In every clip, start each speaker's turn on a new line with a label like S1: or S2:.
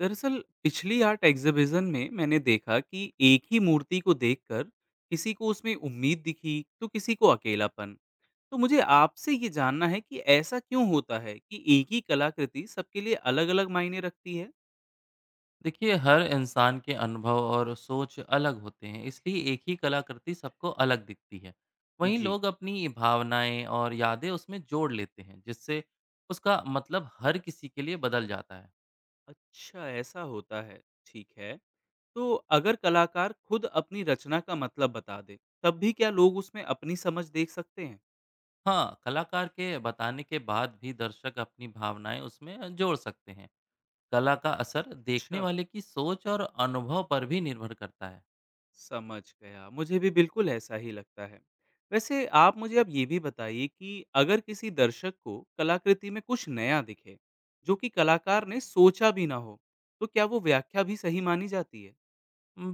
S1: दरअसल पिछली art exhibition में मैंने देखा कि एक ही मूर्ति को देखकर किसी को उसमें उम्मीद दिखी, तो किसी को अकेलापन। तो मुझे आपसे ये जानना है कि ऐसा क्यों होता है कि एक ही कलाकृति सबके लिए अलग-अलग मायने रखती है।
S2: देखिए, हर इंसान के अनुभव और सोच अलग होते हैं, इसलिए एक ही कलाकृति सबको अलग दिखती है। वहीं
S1: जी।
S2: लोग अपनी भावनाएं और यादें उसमें जोड़ लेते हैं, जिससे उसका मतलब हर किसी के लिए बदल जाता है।
S1: अच्छा, ऐसा होता है। ठीक है। तो अगर कलाकार खुद अपनी रचना का मतलब बता दे, तब भी क्या लोग उसमें अपनी समझ देख सकते हैं?
S2: हाँ, कलाकार के बताने के बाद भी दर्शक अपनी भावनाएं उसमें जोड़ सकते हैं। कला का असर देखने
S1: अच्छा,
S2: वाले की सोच और अनुभव पर भी निर्भर करता है।
S1: समझ गया। मुझे भी बिल्कुल ऐसा ही लगता है। वैसे आप मुझे अब ये भी बताइए कि अगर किसी दर्शक को कलाकृति में कुछ नया दिखे, जो कि कलाकार ने सोचा भी ना हो, तो क्या वो व्याख्या भी सही मानी जाती है?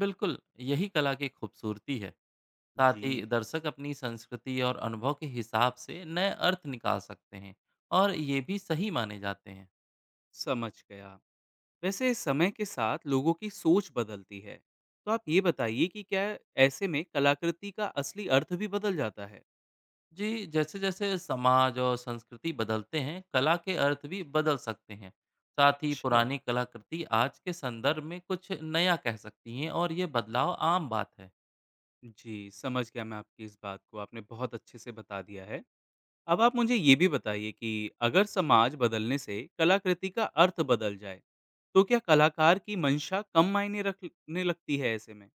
S2: बिल्कुल, यही कला की खूबसूरती है। साथ ही
S1: जी।
S2: दर्शक अपनी संस्कृति और अनुभव के हिसाब से नए अर्थ निकाल सकते हैं, और ये भी सही माने जाते हैं।
S1: समझ गया। वैसे समय के साथ लोगों की सोच बदलती है। तो आप ये बताइए कि क्या ऐसे में कलाकृति का असली अर्थ भी बदल जाता है?
S2: जी, जैसे जैसे समाज और संस्कृति बदलते हैं, कला के अर्थ भी बदल सकते हैं। साथ ही
S1: अच्छा।
S2: पुरानी कलाकृति आज के संदर्भ में कुछ नया कह सकती हैं, और ये बदलाव आम बात है।
S1: जी, समझ गया मैं आपकी इस बात को। आपने बहुत अच्छे से बता दिया है। अब आप मुझे ये भी बताइए कि अगर समाज बदलने से कलाकृति का अर्थ बदल जाए, तो क्या कलाकार की मंशा कम मायने रखने लगती है ऐसे में?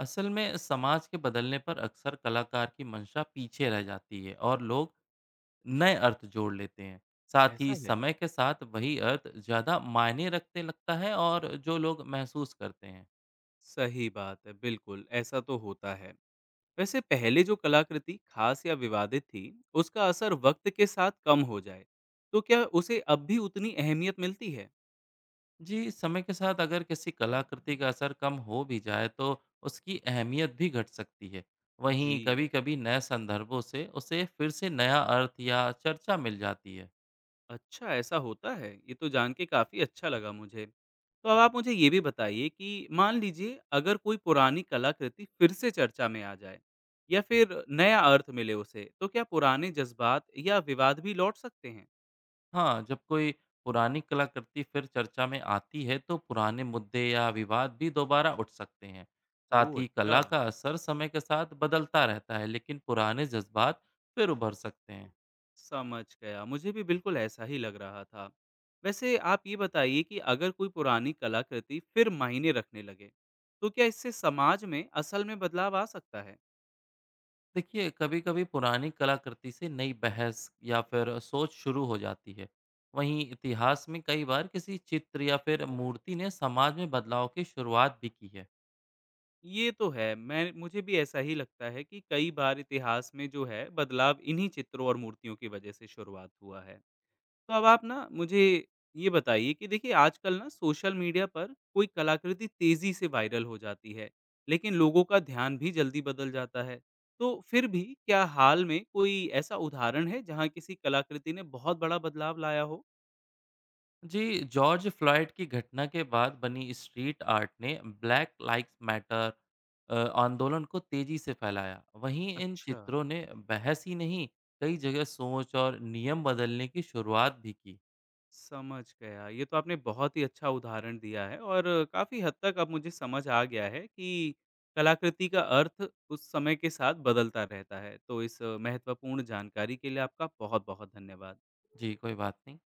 S2: असल में समाज के बदलने पर अक्सर कलाकार की मंशा पीछे रह जाती है, और लोग नए अर्थ जोड़ लेते हैं। साथ
S1: ऐसा
S2: ही
S1: है।
S2: समय के साथ वही अर्थ ज़्यादा मायने रखने लगता है, और जो लोग महसूस करते हैं।
S1: सही बात है, बिल्कुल, ऐसा तो होता है। वैसे पहले जो कलाकृति खास या विवादित थी, उसका असर वक्त के साथ कम हो जाए, तो क्या उसे अब भी उतनी अहमियत मिलती है?
S2: जी, समय के साथ अगर किसी कलाकृति का असर कम हो भी जाए, तो उसकी अहमियत भी घट सकती है।
S1: जी।
S2: वहीं कभी-कभी नए संदर्भों से उसे फिर से नया अर्थ या चर्चा मिल जाती है।
S1: अच्छा, ऐसा होता है, ये तो जान के काफ़ी अच्छा लगा मुझे। तो अब आप मुझे ये भी बताइए कि मान लीजिए अगर कोई पुरानी कलाकृति फिर से चर्चा में आ जाए या फिर नया अर्थ मिले उसे, तो क्या पुराने जज़्बात या विवाद भी लौट सकते हैं?
S2: हाँ, जब कोई पुरानी कलाकृति फिर चर्चा में आती है, तो पुराने मुद्दे या विवाद भी दोबारा उठ सकते हैं। साथ
S1: ओह!
S2: ही
S1: अच्छा।
S2: कला का असर समय के साथ बदलता रहता है, लेकिन पुराने जज्बात फिर उभर सकते हैं।
S1: समझ गया, मुझे भी बिल्कुल ऐसा ही लग रहा था। वैसे आप ये बताइए कि अगर कोई पुरानी कलाकृति फिर मायने रखने लगे, तो क्या इससे समाज में असल में बदलाव आ सकता है?
S2: देखिए, कभी-कभी पुरानी कलाकृति से नई बहस या फिर सोच शुरू हो जाती है। वहीं इतिहास में कई बार किसी चित्र या फिर मूर्ति ने समाज में बदलाव की शुरुआत भी की है।
S1: ये तो है। मैं, मुझे भी ऐसा ही लगता है कि कई बार इतिहास में जो है बदलाव इन्हीं चित्रों और मूर्तियों की वजह से शुरुआत हुआ है। तो अब आप ना मुझे ये बताइए कि देखिए आजकल ना सोशल मीडिया पर कोई कलाकृति तेज़ी से वायरल हो जाती है, लेकिन लोगों का ध्यान भी जल्दी बदल जाता है। तो फिर भी क्या हाल में कोई ऐसा उदाहरण है जहाँ किसी कलाकृति ने बहुत बड़ा बदलाव लाया हो?
S2: जी, जॉर्ज फ्लॉयड की घटना के बाद बनी स्ट्रीट आर्ट ने ब्लैक लाइक्स मैटर आंदोलन को तेजी से फैलाया। वहीं इन
S1: अच्छा।
S2: चित्रों ने बहस ही नहीं, कई जगह सोच और नियम बदलने की शुरुआत भी की।
S1: समझ गया। ये तो आपने बहुत ही अच्छा उदाहरण दिया है और काफ़ी हद तक अब मुझे समझ आ गया है कि कलाकृति का अर्थ उस समय के साथ बदलता रहता है। तो इस महत्वपूर्ण जानकारी के लिए आपका बहुत-बहुत धन्यवाद।
S2: जी, कोई बात नहीं।